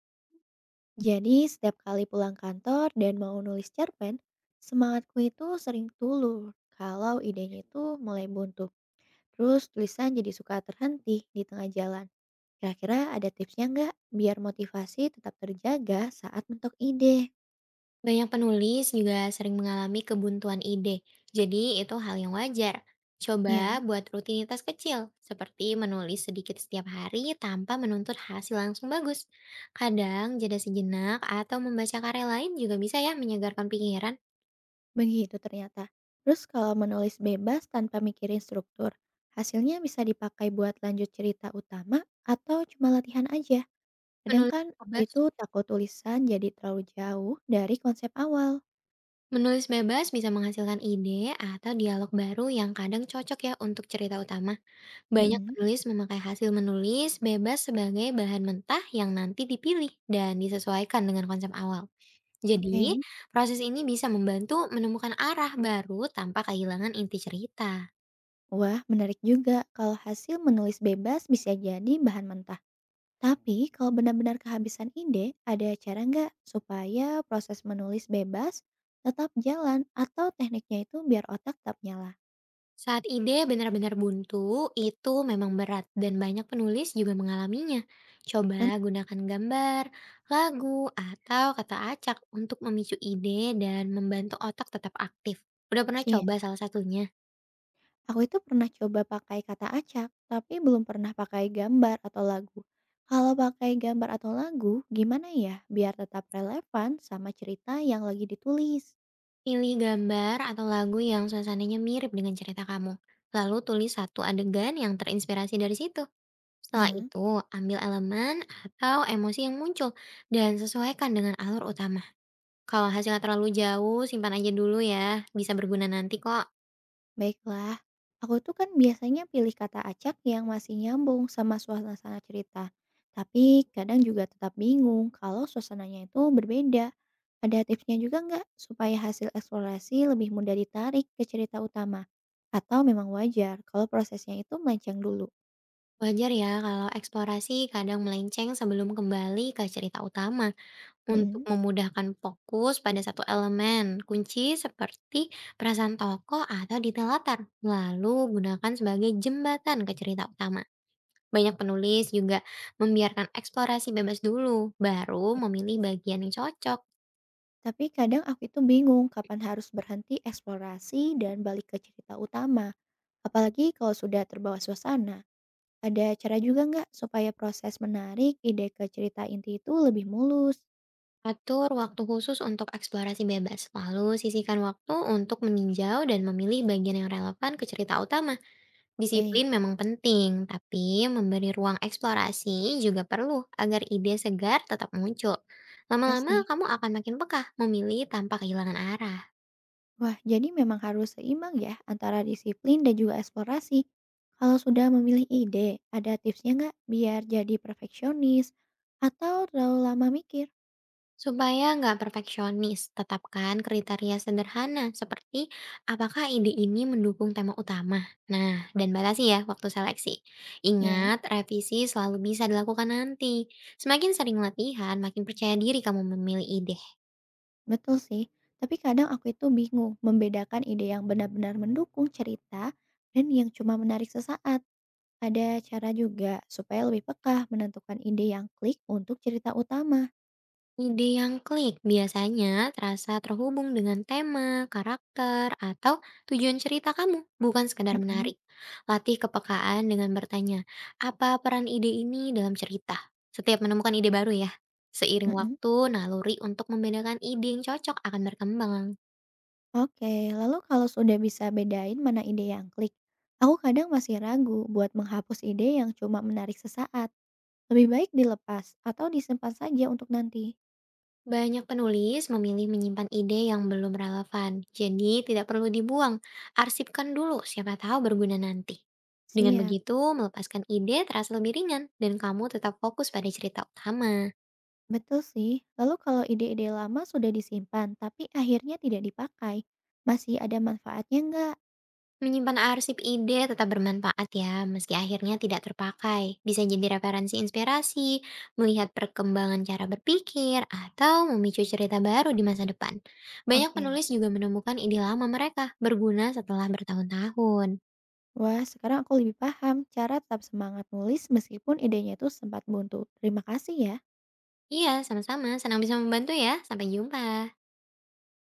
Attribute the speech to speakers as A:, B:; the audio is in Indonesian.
A: Jadi setiap kali pulang kantor dan mau nulis cerpen, semangatku itu sering tulur kalau idenya itu mulai buntu. Terus tulisan jadi suka terhenti di tengah jalan. Kira-kira ada tipsnya nggak biar motivasi tetap terjaga saat mentok ide?
B: Banyak penulis juga sering mengalami kebuntuan ide, jadi itu hal yang wajar. Coba
A: Ya,
B: buat rutinitas kecil, seperti menulis sedikit setiap hari tanpa menuntut hasil langsung bagus. Kadang jeda sejenak atau membaca karya lain juga bisa ya menyegarkan pikiran.
A: begitu ternyata. Terus kalau menulis bebas tanpa mikirin struktur, hasilnya bisa dipakai buat lanjut cerita utama atau cuma latihan aja? Kadang
B: Menulis
A: kan aku
B: bebas,
A: itu takut tulisan jadi terlalu jauh dari konsep awal.
B: menulis bebas bisa menghasilkan ide atau dialog baru yang kadang cocok ya untuk cerita utama. Banyak
A: Mhm.
B: penulis memakai hasil menulis bebas sebagai bahan mentah yang nanti dipilih dan disesuaikan dengan konsep awal. Jadi,
A: Oke,
B: proses ini bisa membantu menemukan arah baru tanpa kehilangan inti cerita.
A: wah menarik juga kalau hasil menulis bebas bisa jadi bahan mentah. Tapi kalau benar-benar kehabisan ide, ada cara nggak supaya proses menulis bebas tetap jalan atau tekniknya itu biar otak tetap nyala?
B: Saat ide benar-benar buntu, itu memang berat dan banyak penulis juga mengalaminya. Coba
A: Tentu
B: gunakan gambar, lagu, atau kata acak untuk memicu ide dan membantu otak tetap aktif. Udah pernah
A: sih, ya?
B: coba salah satunya?
A: Aku itu pernah coba pakai kata acak, tapi belum pernah pakai gambar atau lagu. Kalau pakai gambar atau lagu, gimana ya biar tetap relevan sama cerita yang lagi ditulis?
B: Pilih gambar atau lagu yang suasananya mirip dengan cerita kamu. Lalu tulis satu adegan yang terinspirasi dari situ. Setelah
A: Hmm,
B: itu, ambil elemen atau emosi yang muncul dan sesuaikan dengan alur utama. Kalau hasilnya terlalu jauh, simpan aja dulu ya. Bisa berguna nanti kok.
A: baiklah. Aku tuh kan biasanya pilih kata acak yang masih nyambung sama suasana cerita. Tapi kadang juga tetap bingung kalau suasananya itu berbeda. Ada tipsnya juga nggak supaya hasil eksplorasi lebih mudah ditarik ke cerita utama? Atau memang wajar kalau prosesnya itu melenceng dulu?
B: Wajar ya kalau eksplorasi kadang melenceng sebelum kembali ke cerita utama. Untuk
A: Mhm.
B: memudahkan fokus pada satu elemen, kunci seperti perasaan tokoh atau detail latar. Lalu gunakan sebagai jembatan ke cerita utama. Banyak penulis juga membiarkan eksplorasi bebas dulu, baru
A: Ya.
B: memilih bagian yang cocok.
A: Tapi kadang aku itu bingung kapan harus berhenti eksplorasi dan balik ke cerita utama. Apalagi kalau sudah terbawa suasana. Ada cara juga nggak supaya proses menarik ide ke cerita inti itu lebih mulus?
B: Atur waktu khusus untuk eksplorasi bebas, lalu sisihkan waktu untuk meninjau dan memilih bagian yang relevan ke cerita utama. Disiplin
A: Hei,
B: memang penting, tapi memberi ruang eksplorasi juga perlu agar ide segar tetap muncul. Lama-lama
A: pasti.
B: kamu akan makin peka memilih tanpa kehilangan arah.
A: Wah, jadi memang harus seimbang ya antara disiplin dan juga eksplorasi. Kalau sudah memilih ide, ada tipsnya nggak biar jadi perfeksionis atau terlalu lama mikir?
B: Supaya nggak perfeksionis, tetapkan kriteria sederhana seperti apakah ide ini mendukung tema utama. Nah, dan batasi ya waktu seleksi.
A: Ya.
B: Ingat, revisi selalu bisa dilakukan nanti. Semakin sering latihan, makin percaya diri kamu memilih ide.
A: Betul sih, tapi kadang aku itu bingung membedakan ide yang benar-benar mendukung cerita dan yang cuma menarik sesaat. Ada cara juga supaya lebih peka menentukan ide yang klik untuk cerita utama.
B: Ide yang klik biasanya terasa terhubung dengan tema, karakter, atau tujuan cerita kamu, bukan sekedar
A: Mm-mm,
B: menarik. Latih kepekaan dengan bertanya, apa peran ide ini dalam cerita? Setiap menemukan ide baru ya. Seiring
A: mm-mm.
B: waktu, naluri untuk membedakan ide yang cocok akan berkembang.
A: Oke, lalu kalau sudah bisa bedain mana ide yang klik, aku kadang masih ragu buat menghapus ide yang cuma menarik sesaat. Lebih baik dilepas atau disimpan saja untuk nanti.
B: Banyak penulis memilih menyimpan ide yang belum relevan, jadi tidak perlu dibuang. Arsipkan dulu, siapa tahu berguna nanti. Dengan
A: Siap.
B: begitu, melepaskan ide terasa lebih ringan dan kamu tetap fokus pada cerita utama.
A: Betul sih. Lalu kalau ide-ide lama sudah disimpan tapi akhirnya tidak dipakai, masih ada manfaatnya nggak?
B: Menyimpan arsip ide tetap bermanfaat ya, meski akhirnya tidak terpakai. Bisa jadi referensi inspirasi, melihat perkembangan cara berpikir, atau memicu cerita baru di masa depan. Banyak
A: Oke,
B: penulis juga menemukan ide lama mereka berguna setelah bertahun-tahun.
A: wah, sekarang aku lebih paham cara tetap semangat nulis meskipun idenya itu sempat buntu. Terima kasih ya.
B: Iya, sama-sama. Senang bisa membantu ya. Sampai jumpa.